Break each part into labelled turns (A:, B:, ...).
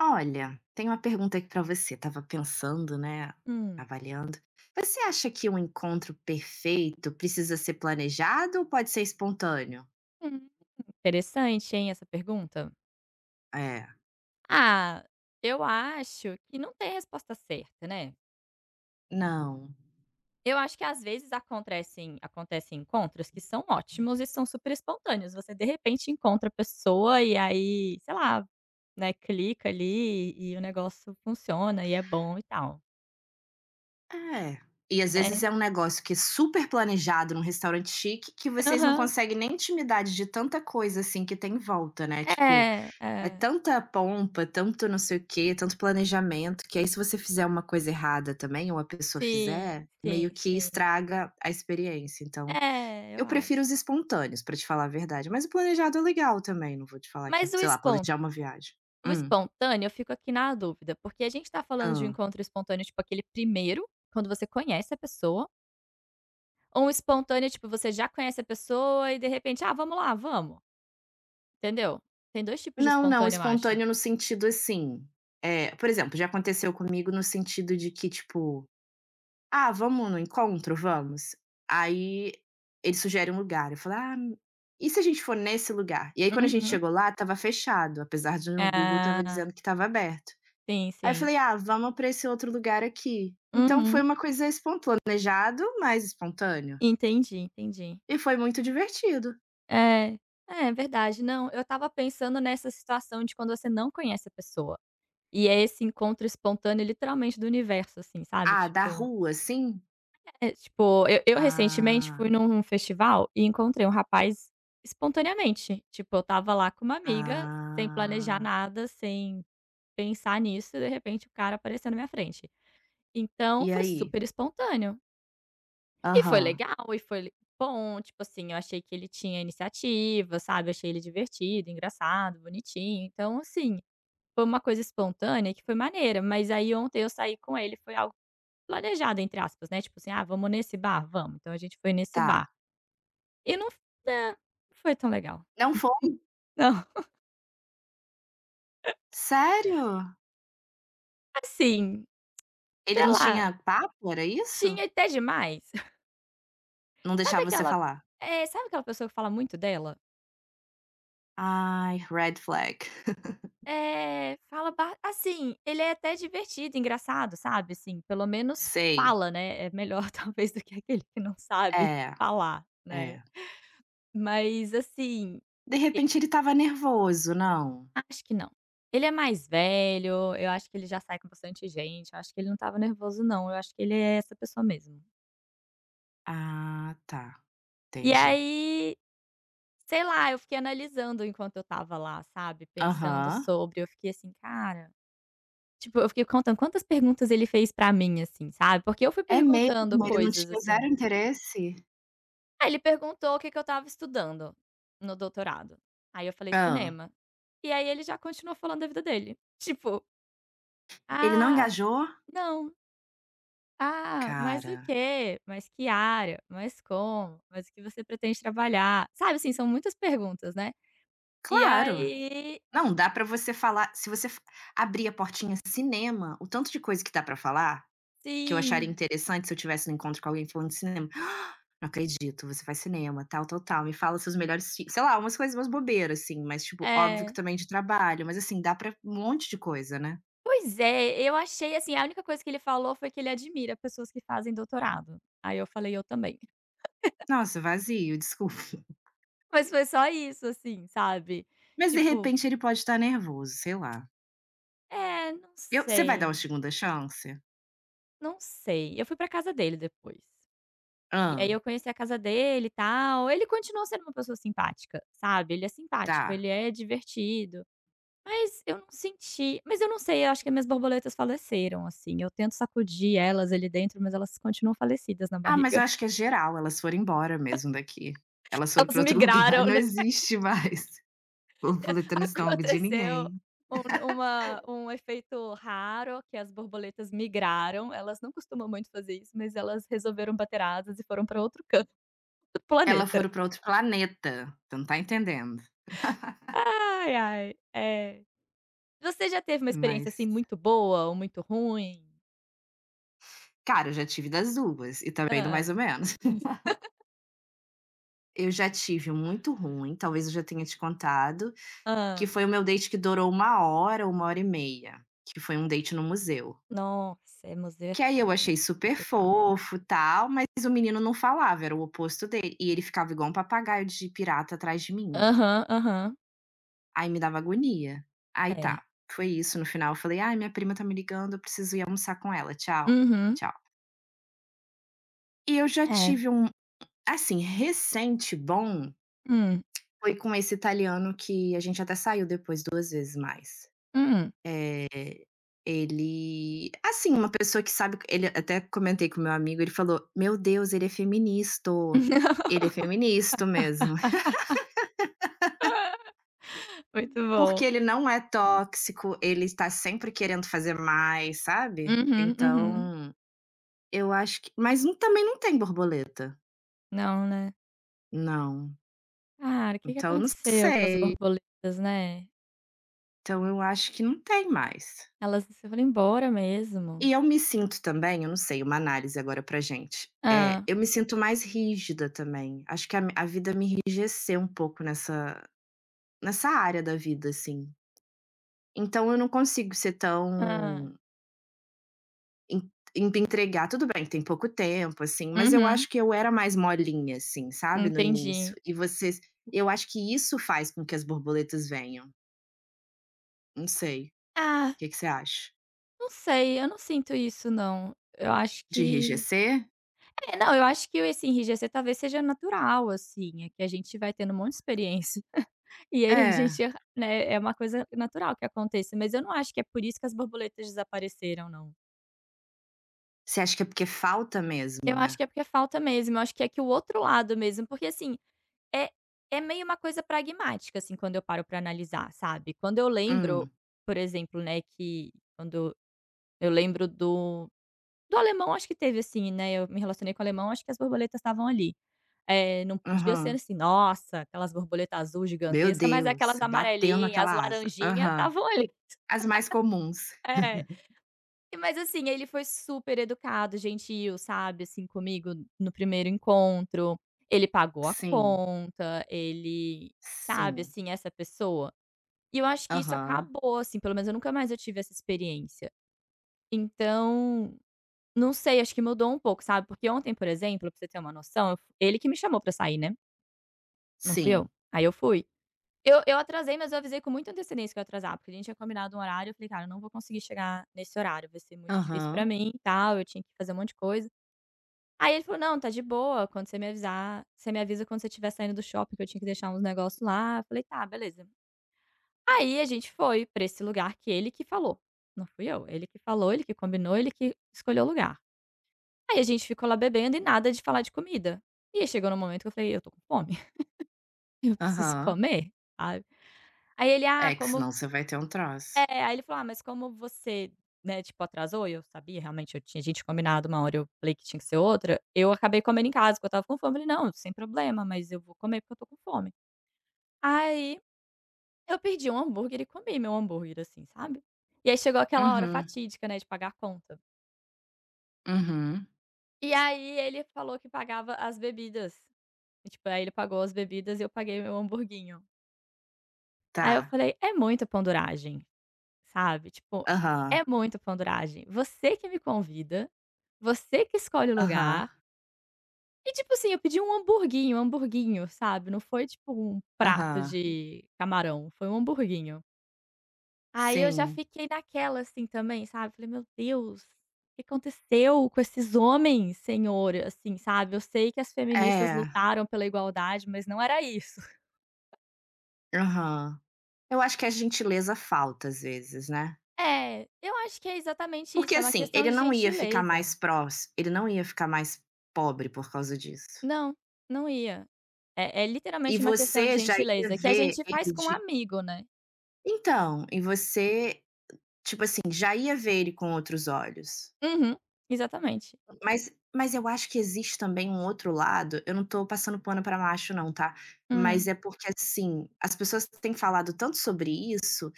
A: Olha, tem uma pergunta aqui para você. Tava pensando, né,
B: Hum,
A: avaliando. Você acha que um encontro perfeito precisa ser planejado ou pode ser espontâneo?
B: hum, Interessante, hein, essa pergunta.
A: É.
B: Ah, eu acho que não tem resposta certa, né.
A: Não.
B: Eu acho que às vezes acontecem encontros que são ótimos e são super espontâneos, você de repente encontra a pessoa e aí, sei lá, né, clica ali e o negócio funciona e é bom e tal,
A: É. E às vezes
B: né.
A: é um negócio que é super planejado num restaurante chique que vocês não
B: Aham.
A: conseguem nem intimidade de tanta coisa assim que tem em volta, né? Tipo,
B: É,
A: é
B: é.
A: tanta pompa, tanto não sei o quê, tanto planejamento, que aí se você fizer uma coisa errada também, ou a pessoa
B: Sim,
A: fizer, meio
B: sim,
A: que
B: sim.
A: estraga a experiência. Então,
B: É, eu
A: eu prefiro
B: acho.
A: os espontâneos, pra te falar a verdade, mas o planejado é legal também, não vou te falar que é
B: Mas
A: sei lá, planejar uma viagem.
B: o
A: Hum,
B: espontâneo, eu fico aqui na dúvida, porque a gente tá
A: hã.
B: falando de um encontro espontâneo, tipo aquele primeiro, quando você conhece a pessoa, ou um espontâneo, tipo, você já conhece a pessoa e de repente: "Ah, vamos lá, vamos", entendeu? Tem dois tipos de
A: Não, não,
B: espontâneo, eu acho.
A: espontâneo no sentido, assim, por exemplo, já aconteceu comigo no sentido de que, tipo: "Ah, vamos no encontro? Vamos". Aí ele sugere um lugar, eu falo: "Ah, e se a gente for nesse lugar?". E aí quando a gente
B: Uhum.
A: chegou lá, estava fechado, apesar de no Google estava
B: Ah,
A: dizendo que estava aberto.
B: sim,
A: Aí eu
B: sim.
A: falei: "Ah, vamos para esse outro lugar aqui". Então foi
B: Uhum.
A: uma coisa espon planejado, mas espontâneo.
B: Entendi, entendi.
A: E foi muito divertido.
B: É. É, verdade. Não, eu estava pensando nessa situação de quando você não conhece a pessoa, e é esse encontro espontâneo literalmente do universo, assim, sabe,
A: Ah, da
B: tipo.
A: rua, sim.
B: É, tipo, eu recentemente fui
A: Ah,
B: num festival e encontrei um rapaz espontaneamente. Tipo, eu tava lá com uma amiga, sem planejar
A: ah.
B: nada, sem pensar nisso, e de repente o cara apareceu na minha frente. Então
A: E
B: foi
A: aí?
B: super espontâneo. E foi
A: Aham,
B: legal, e foi le bom, tipo assim, eu achei que ele tinha iniciativa, sabe. Eu achei ele divertido, engraçado, bonitinho. Então, assim, foi uma coisa espontânea que foi maneira, mas aí ontem eu saí com ele, foi algo planejado entre aspas, né, tipo assim: "Ah, vamos nesse bar? Vamos". Então a gente foi nesse bar.
A: tá.
B: E não é, não foi tão legal.
A: Não foi?
B: Não,
A: Sério?
B: assim,
A: Ele
B: sei
A: não tinha
B: lá,
A: papo, era isso?
B: tinha até demais.
A: Não
B: Sabe
A: deixava você
B: aquela
A: falar?
B: sabe aquela pessoa que fala muito dela?
A: Ai, red flag.
B: Ele é até divertido, engraçado, sabe, assim, pelo menos
A: Sei.
B: fala, né, é melhor talvez do que aquele que não sabe
A: É,
B: falar, né.
A: é.
B: Mas assim,
A: De
B: e
A: repente ele estava nervoso, não?
B: acho que não. Ele é mais velho, eu acho que ele já sai com bastante gente, eu acho que ele não estava nervoso não, eu acho que ele é essa pessoa mesmo.
A: Ah, tá,
B: E
A: entendi.
B: aí, sei lá, eu fiquei analisando enquanto eu tava lá, sabe, pensando
A: Aham.
B: sobre, eu fiquei assim: "Cara", tipo, eu fiquei contando quantas perguntas ele fez pra mim, assim, sabe, porque eu fui
A: É
B: perguntando
A: mesmo? Ele não
B: coisas,
A: tinha zero
B: assim.
A: interesse?
B: Aí ele perguntou o que que eu tava estudando no doutorado. Aí eu falei:
A: Hã.
B: "Cinema". E aí ele já continuou falando da vida dele. Tipo:
A: Ele não
B: "Ah,
A: engajou?
B: não. Ah, mas o
A: Cara.
B: quê? Mas que área? Mas como? Mas o que você pretende trabalhar?" Sabe, assim, são muitas perguntas, né. E
A: Claro.
B: aí
A: Não, dá pra você falar se você f abrir a portinha cinema, o tanto de coisa que dá pra falar, que eu acharia
B: sim.
A: interessante se eu tivesse um encontro com alguém falando de cinema. "Não acredito, você faz cinema, tal, tal, tal, me fala seus melhores fi" sei lá, umas coisas, umas bobeiras, assim, mas, tipo, óbvio que
B: É.
A: também de trabalho, mas, assim, dá pra um monte de coisa, né.
B: Pois é, eu achei assim, a única coisa que ele falou foi que ele admira pessoas que fazem doutorado. Aí eu falei: "Eu também".
A: Nossa, vazio, desculpa.
B: Mas foi só isso, assim, sabe.
A: Mas de
B: Tipo,
A: repente ele pode estar nervoso, sei lá.
B: é, não
A: Eu você vai dar uma
B: sei,
A: segunda chance?
B: não sei. Eu fui pra casa dele depois. E aí
A: Hã,
B: eu conheci a casa dele e tal. Ele continuou sendo uma pessoa simpática, sabe. Ele é simpático,
A: tá.
B: ele é divertido, mas eu não senti, mas eu não sei, eu acho que minhas borboletas faleceram, assim. Eu tento sacudir elas ali dentro, mas elas continuam falecidas na
A: Ah, mas
B: barriga.
A: eu acho que é geral, elas foram embora mesmo daqui. Elas foram
B: Elas
A: pra outro lugar,
B: migraram,
A: não
B: né?
A: existe mais borboleta no estômago de
B: Aconteceu
A: ninguém.
B: um uma um efeito raro, que as borboletas migraram, elas não costumam muito fazer isso, mas elas resolveram bater asas e foram para outro canto do
A: Elas
B: planeta.
A: foram pra outro planeta, você não tá entendendo.
B: Ai, ai, é. Você já teve uma experiência, assim,
A: Mas,
B: muito boa ou muito ruim?
A: cara, eu já tive das 2 e também do
B: Hã,
A: mais ou menos. Eu já tive um muito ruim, talvez eu já tenha te contado, que
B: hã.
A: foi o meu date que durou uma hora e meia, que foi um date no museu.
B: Nossa, museu é
A: Que aí eu
B: foda
A: achei
B: mesmo,
A: super
B: complicado.
A: fofo, tal, mas o menino não falava, era o oposto dele, e ele ficava igual um papagaio de pirata atrás de mim.
B: Aham, aham.
A: Aí me dava agonia. Aí
B: É.
A: tá, foi isso, no final eu falei: "Ai, minha prima tá me ligando, eu preciso ir almoçar com ela, tchau,
B: Uhum.
A: tchau". E eu já
B: É.
A: tive um assim, recente bom,
B: Hum,
A: foi com esse italiano que a gente até saiu depois 2 vezes mais.
B: hum.
A: Eh, ele assim, uma pessoa que sabe ele até comentei com meu amigo, ele falou: "Meu Deus, ele é feminista mesmo".
B: Muito bom.
A: Porque ele não é tóxico, ele está sempre querendo fazer mais, sabe.
B: Uhum, uhum.
A: Então, eu acho que mas não também não tem borboleta.
B: Não, né?
A: Não.
B: Cara, o que que
A: Então, eu não
B: aconteceu com as
A: sei.
B: borboletas, né?
A: Então eu acho que não tem mais.
B: Elas foram embora mesmo.
A: E eu me sinto também, eu não sei, uma análise agora pra gente,
B: Ah,
A: eu me sinto mais rígida também, acho que a vida me enrijeceu um pouco nessa área da vida, assim. Então eu não consigo ser
B: ah,
A: tão en en Me entregar tudo bem, tem pouco tempo, assim, mas eu acho
B: uhum,
A: que eu era mais molinha, assim, sabe, no início,
B: entendi.
A: e vocês eu acho que isso faz com que as borboletas venham, não sei, o
B: Ah,
A: que que você acha?
B: não sei, eu não sinto isso não. Eu acho
A: De
B: que
A: enrijecer?
B: é, não, eu acho que esse enrijecer talvez seja natural, assim, é que a gente vai tendo um monte de experiência, e aí a
A: É.
B: gente, né, é uma coisa natural que aconteça, mas eu não acho que é por isso que as borboletas desapareceram não.
A: Você acha que é porque falta mesmo,
B: Eu acho
A: né?
B: que é porque é falta mesmo, eu acho que é que o outro lado mesmo, porque assim, É é meio uma coisa pragmática, assim, quando eu paro pra analisar, sabe. Quando eu lembro,
A: Hum,
B: por exemplo, né, que quando eu lembro do alemão, acho que teve assim, né, eu me relacionei com o alemão, acho que as borboletas estavam ali. Não podia ser
A: aham.
B: assim, nossa, aquelas borboletas azul
A: Meu
B: gigantesca, mas
A: Deus,
B: aquelas
A: bateu
B: amarelinhas as
A: naquela asa.
B: laranjinha
A: Aham.
B: estavam ali.
A: As mais comuns.
B: É. Mas assim, ele foi super educado, gentil, sabe, assim, comigo no primeiro encontro. Ele pagou a
A: Sim,
B: conta, ele, sabe,
A: sim.
B: assim, essa pessoa. E eu acho que isso
A: Aham.
B: acabou, assim, pelo menos eu nunca mais eu tive essa experiência. Então, não sei, acho que mudou um pouco, sabe, porque ontem, por exemplo, pra você ter uma noção, eu f ele que me chamou pra sair, né, não fui eu.
A: Sim.
B: Aí eu fui. Eu atrasei, mas eu avisei com muita antecedência que eu ia atrasar, porque a gente tinha combinado um horário, eu falei: "Cara, eu não vou conseguir chegar nesse horário, vai ser muito difícil pra
A: Aham,
B: mim, e tal", eu tinha que fazer um monte de coisa. Aí ele falou: "Não, tá de boa, quando você me avisar, você me avisa quando você estiver saindo do shopping, que eu tinha que deixar uns negócios lá". Eu falei: "Tá, beleza". Aí a gente foi pra esse lugar que ele que falou, não fui eu, ele que falou, ele que combinou, ele que escolheu o lugar. Aí a gente ficou lá bebendo e nada de falar de comida. E aí chegou no momento que eu falei: "Eu tô com fome, eu preciso
A: aham.
B: comer", sabe. Aí ele: "Ah,
A: É, que
B: como..."
A: senão você vai ter um troço.
B: É, aí ele falou: "Ah, mas como você, né, tipo, atrasou e eu sabia, realmente, eu tinha a gente combinado uma hora, eu falei que tinha que ser outra, eu acabei comendo em casa, porque eu estava com fome". Eu falei: "Não, sem problema, mas eu vou comer porque eu tô com fome". Aí eu pedi um hambúrguer e comi meu hambúrguer, assim, sabe. E aí chegou aquela hora
A: Uhum,
B: fatídica, né, de pagar a conta.
A: uhum.
B: E aí ele falou que pagava as bebidas. E, tipo, aí ele pagou as bebidas e eu paguei meu hamburguinho. Aí eu
A: Tá.
B: falei: "É muita panduragem", sabe, tipo,
A: Aham,
B: é muita panduragem. Você que me convida. Você que escolhe o
A: aham,
B: lugar. E tipo assim, eu pedi um hamburguinho, sabe, não foi tipo um prato
A: aham.
B: de camarão, foi um hamburguinho. Aí eu já
A: Sim.
B: fiquei naquela, assim, também, sabe, falei: "Meu Deus, o que aconteceu com esses homens, senhor?", assim, sabe. Eu sei que as feministas
A: É.
B: lutaram pela igualdade, mas não era isso.
A: Aham. Eu acho que a gentileza falta às vezes, né.
B: É, eu acho que é exatamente
A: Porque
B: isso, é uma
A: assim,
B: questão
A: ele
B: de
A: não ia ficar
B: gentileza.
A: mais próximo. Ele não ia ficar mais pobre por causa disso.
B: Não, não ia. É
A: E
B: literalmente uma questão de
A: você já ia
B: gentileza, que a
A: ver
B: gente faz
A: ele
B: com um
A: de
B: amigo, né.
A: Então, tipo assim, já ia ver ele com outros olhos.
B: Uhum, exatamente.
A: Mas eu acho que existe também um outro lado, eu não tô passando pano pra macho não, tá. Mas
B: Hum,
A: é porque, assim, as pessoas têm falado tanto sobre isso,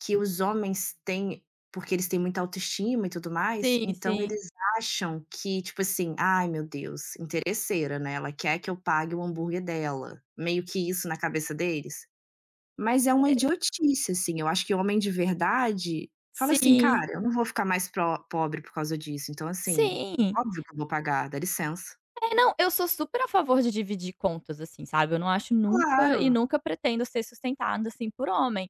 A: que os homens têm porque eles têm muita autoestima e tudo mais,
B: sim,
A: então
B: sim.
A: eles acham que, tipo assim: "Ai meu Deus, interesseira, né, ela quer que eu pague o hambúrguer dela". Meio que isso na cabeça deles. Mas é uma
B: É,
A: idiotice, assim, eu acho que homem de verdade fala assim:
B: sim,
A: "Cara, eu não vou ficar mais pro pobre por causa disso, então, assim,
B: sim.
A: óbvio que eu vou pagar, dá licença".
B: É, não, eu sou super a favor de dividir contas, assim, sabe, eu não acho nunca e
A: Claro.
B: nunca pretendo ser sustentada, assim, por homem.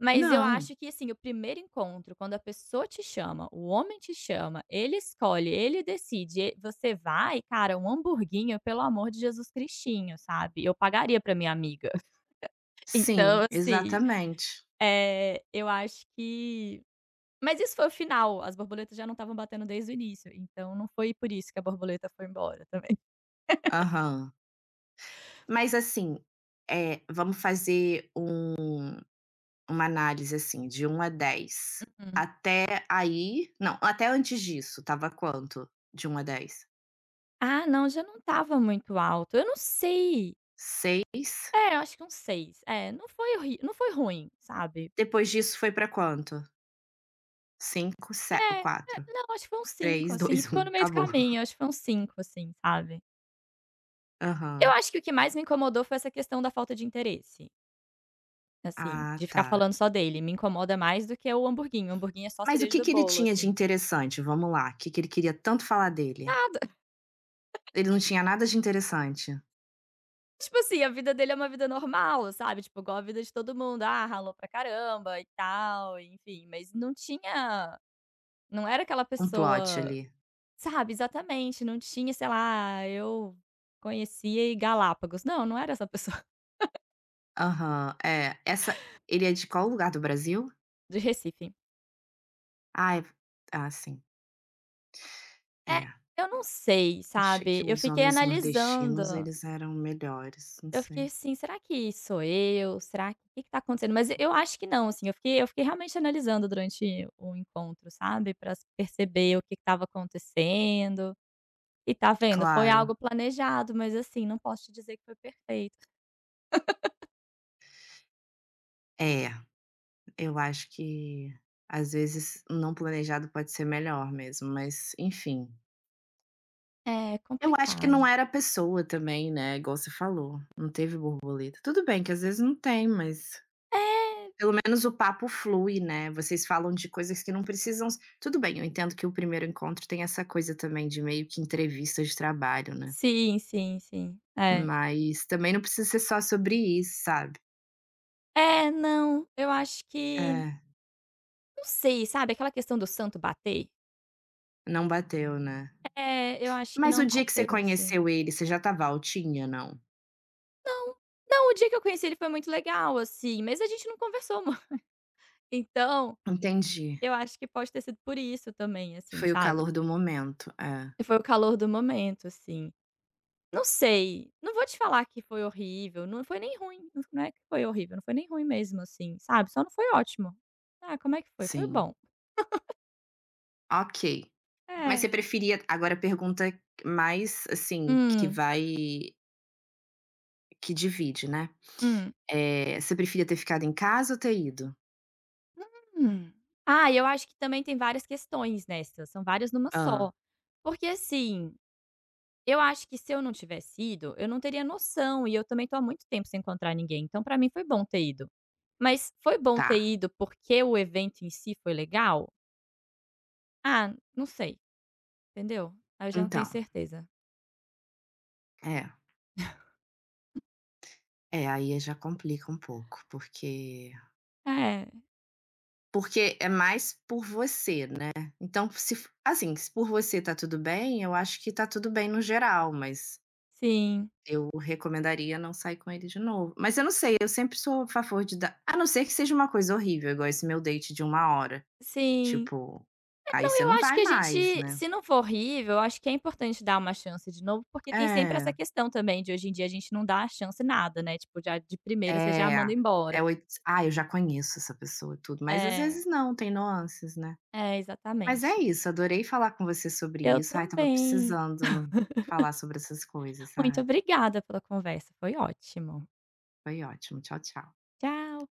B: Mas eu
A: Não.
B: acho que, assim, o primeiro encontro, quando a pessoa te chama, o homem te chama, ele escolhe, ele decide, e você vai, cara, um hamburguinho, pelo amor de Jesus Cristinho, sabe, eu pagaria pra minha amiga.
A: Sim,
B: Então, assim,
A: exatamente.
B: eh, eu acho que mas isso foi o final, as borboletas já não estavam batendo desde o início, então não foi por isso que a borboleta foi embora também.
A: Aham. Mas, assim, vamos fazer uma análise, assim, de 1 a 10.
B: Uhum.
A: Até aí não, até antes disso estava quanto? De 1 a 10.
B: Ah, não, já não estava muito alto, eu não sei.
A: 6.
B: É, eu acho que uns 6. É, não foi ruim, sabe.
A: Depois disso foi pra quanto? 5, se
B: É, é,
A: 4.
B: não, acho que foi uns 5
A: Três,
B: assim,
A: dois,
B: ficou
A: um,
B: no meio do
A: acabou.
B: caminho, acho que foi uns 5 assim, sabe. Eu
A: Aham.
B: acho que o que mais me incomodou foi essa questão da falta de interesse, assim,
A: Ah,
B: de ficar
A: tá.
B: falando só dele, me incomoda mais do que o hamburguinho é só
A: Mas o
B: cereja
A: que
B: do
A: que ele
B: bolo,
A: tinha de
B: assim.
A: interessante? Vamos lá, o que que ele queria tanto falar dele?
B: Nada.
A: Ele não tinha nada de interessante?
B: Tipo assim, a vida dele é uma vida normal, sabe, tipo, igual a vida de todo mundo, ah, ralou pra caramba e tal, enfim, mas não tinha, não era aquela
A: Um plot
B: pessoa,
A: ali.
B: sabe, exatamente, não tinha, sei lá, "Ah, eu conhecia e Galápagos", não, não era essa pessoa,
A: Aham, é. Essa Ele é de qual lugar do Brasil?
B: de Recife.
A: Ah, é ah, sim.
B: É,
A: É,
B: eu não sei,
A: achei
B: sabe,
A: que
B: eu
A: os
B: fiquei
A: homens nordestinos
B: analisando.
A: eles eram melhores, não
B: Eu fiquei
A: sei.
B: assim: "Será que sou eu? Será que o que que tá acontecendo?" Mas eu acho que não, assim, eu fiquei realmente analisando durante o encontro, sabe, pra s perceber o que que estava acontecendo. E tá vendo, foi
A: Claro.
B: algo planejado, mas assim, não posso te dizer que foi perfeito.
A: É, eu acho que, às vezes, não planejado pode ser melhor mesmo, mas enfim.
B: É
A: Eu acho que
B: complicado.
A: não era a pessoa também, né, igual você falou, não teve borboleta. Tudo bem que às vezes não tem, mas
B: É,
A: pelo menos o papo flui, né, vocês falam de coisas que não precisam s tudo bem, eu entendo que o primeiro encontro tem essa coisa também de meio que entrevista de trabalho, né,
B: sim, sim, sim. É.
A: mas também não precisa ser só sobre isso, sabe.
B: É, não, eu acho que
A: É,
B: não sei, sabe, aquela questão do santo bater?
A: não bateu, né.
B: É, eu acho que
A: Mas o
B: não
A: dia que você
B: bateu, assim.
A: conheceu ele, você já estava altinha, não?
B: Não, não, o dia que eu conheci ele foi muito legal, assim, mas a gente não conversou muito. Então,
A: Entendi,
B: eu acho que pode ter sido por isso também, assim,
A: foi o
B: sabe.
A: calor do momento. É,
B: Foi o calor do momento, assim. Não sei, não vou te falar que foi horrível, não foi nem ruim, não é que foi horrível, não foi nem ruim mesmo, assim, sabe, só não foi ótimo. "Ah, como é que foi?" "Foi
A: sim.
B: bom".
A: Ok. Mas
B: "É".
A: você preferia agora a pergunta mais, assim, que
B: "Hum,
A: vai que divide, né.
B: hum,
A: Você preferia ter ficado em casa ou ter ido?
B: hum". Ah, e eu acho que também tem várias questões nessa, são várias numa
A: Ah,
B: só. Porque assim, eu acho que se eu não tivesse ido, eu não teria noção e eu também tô há muito tempo sem encontrar ninguém, então pra mim foi bom ter ido. Mas foi bom ter
A: tá.
B: ido porque o evento em si foi legal? Ah, não sei, entendeu? Aí eu já não tenho
A: Então,
B: certeza.
A: é. É, aí já complica um pouco, porque
B: É,
A: porque é mais por você, né. Então se f assim, se por você tá tudo bem, eu acho que tá tudo bem no geral, mas
B: sim,
A: eu recomendaria não sair com ele de novo. Mas eu não sei, eu sempre sou a favor de dar a não ser que seja uma coisa horrível, igual esse meu date de uma hora.
B: sim.
A: Tipo,
B: É,
A: aí
B: não,
A: você
B: eu
A: não
B: acho
A: vai
B: que a
A: mais,
B: gente,
A: né.
B: se não for horrível, eu acho que é importante dar uma chance de novo, porque tem sempre
A: É,
B: essa questão também de hoje em dia a gente não dá a chance nada, né, tipo, já de primeira você já
A: é,
B: manda
A: é
B: embora.
A: oit "Ah, eu já conheço essa pessoa", e tudo, mas às
B: É,
A: vezes não, tem nuances, né.
B: é,
A: Mas é
B: exatamente.
A: isso, adorei falar com você sobre
B: Eu
A: isso. Ai, tava
B: também.
A: precisando falar sobre essas coisas,
B: Muito
A: sabe.
B: obrigada pela conversa, foi ótimo.
A: Foi ótimo. Tchau, tchau.
B: Tchau.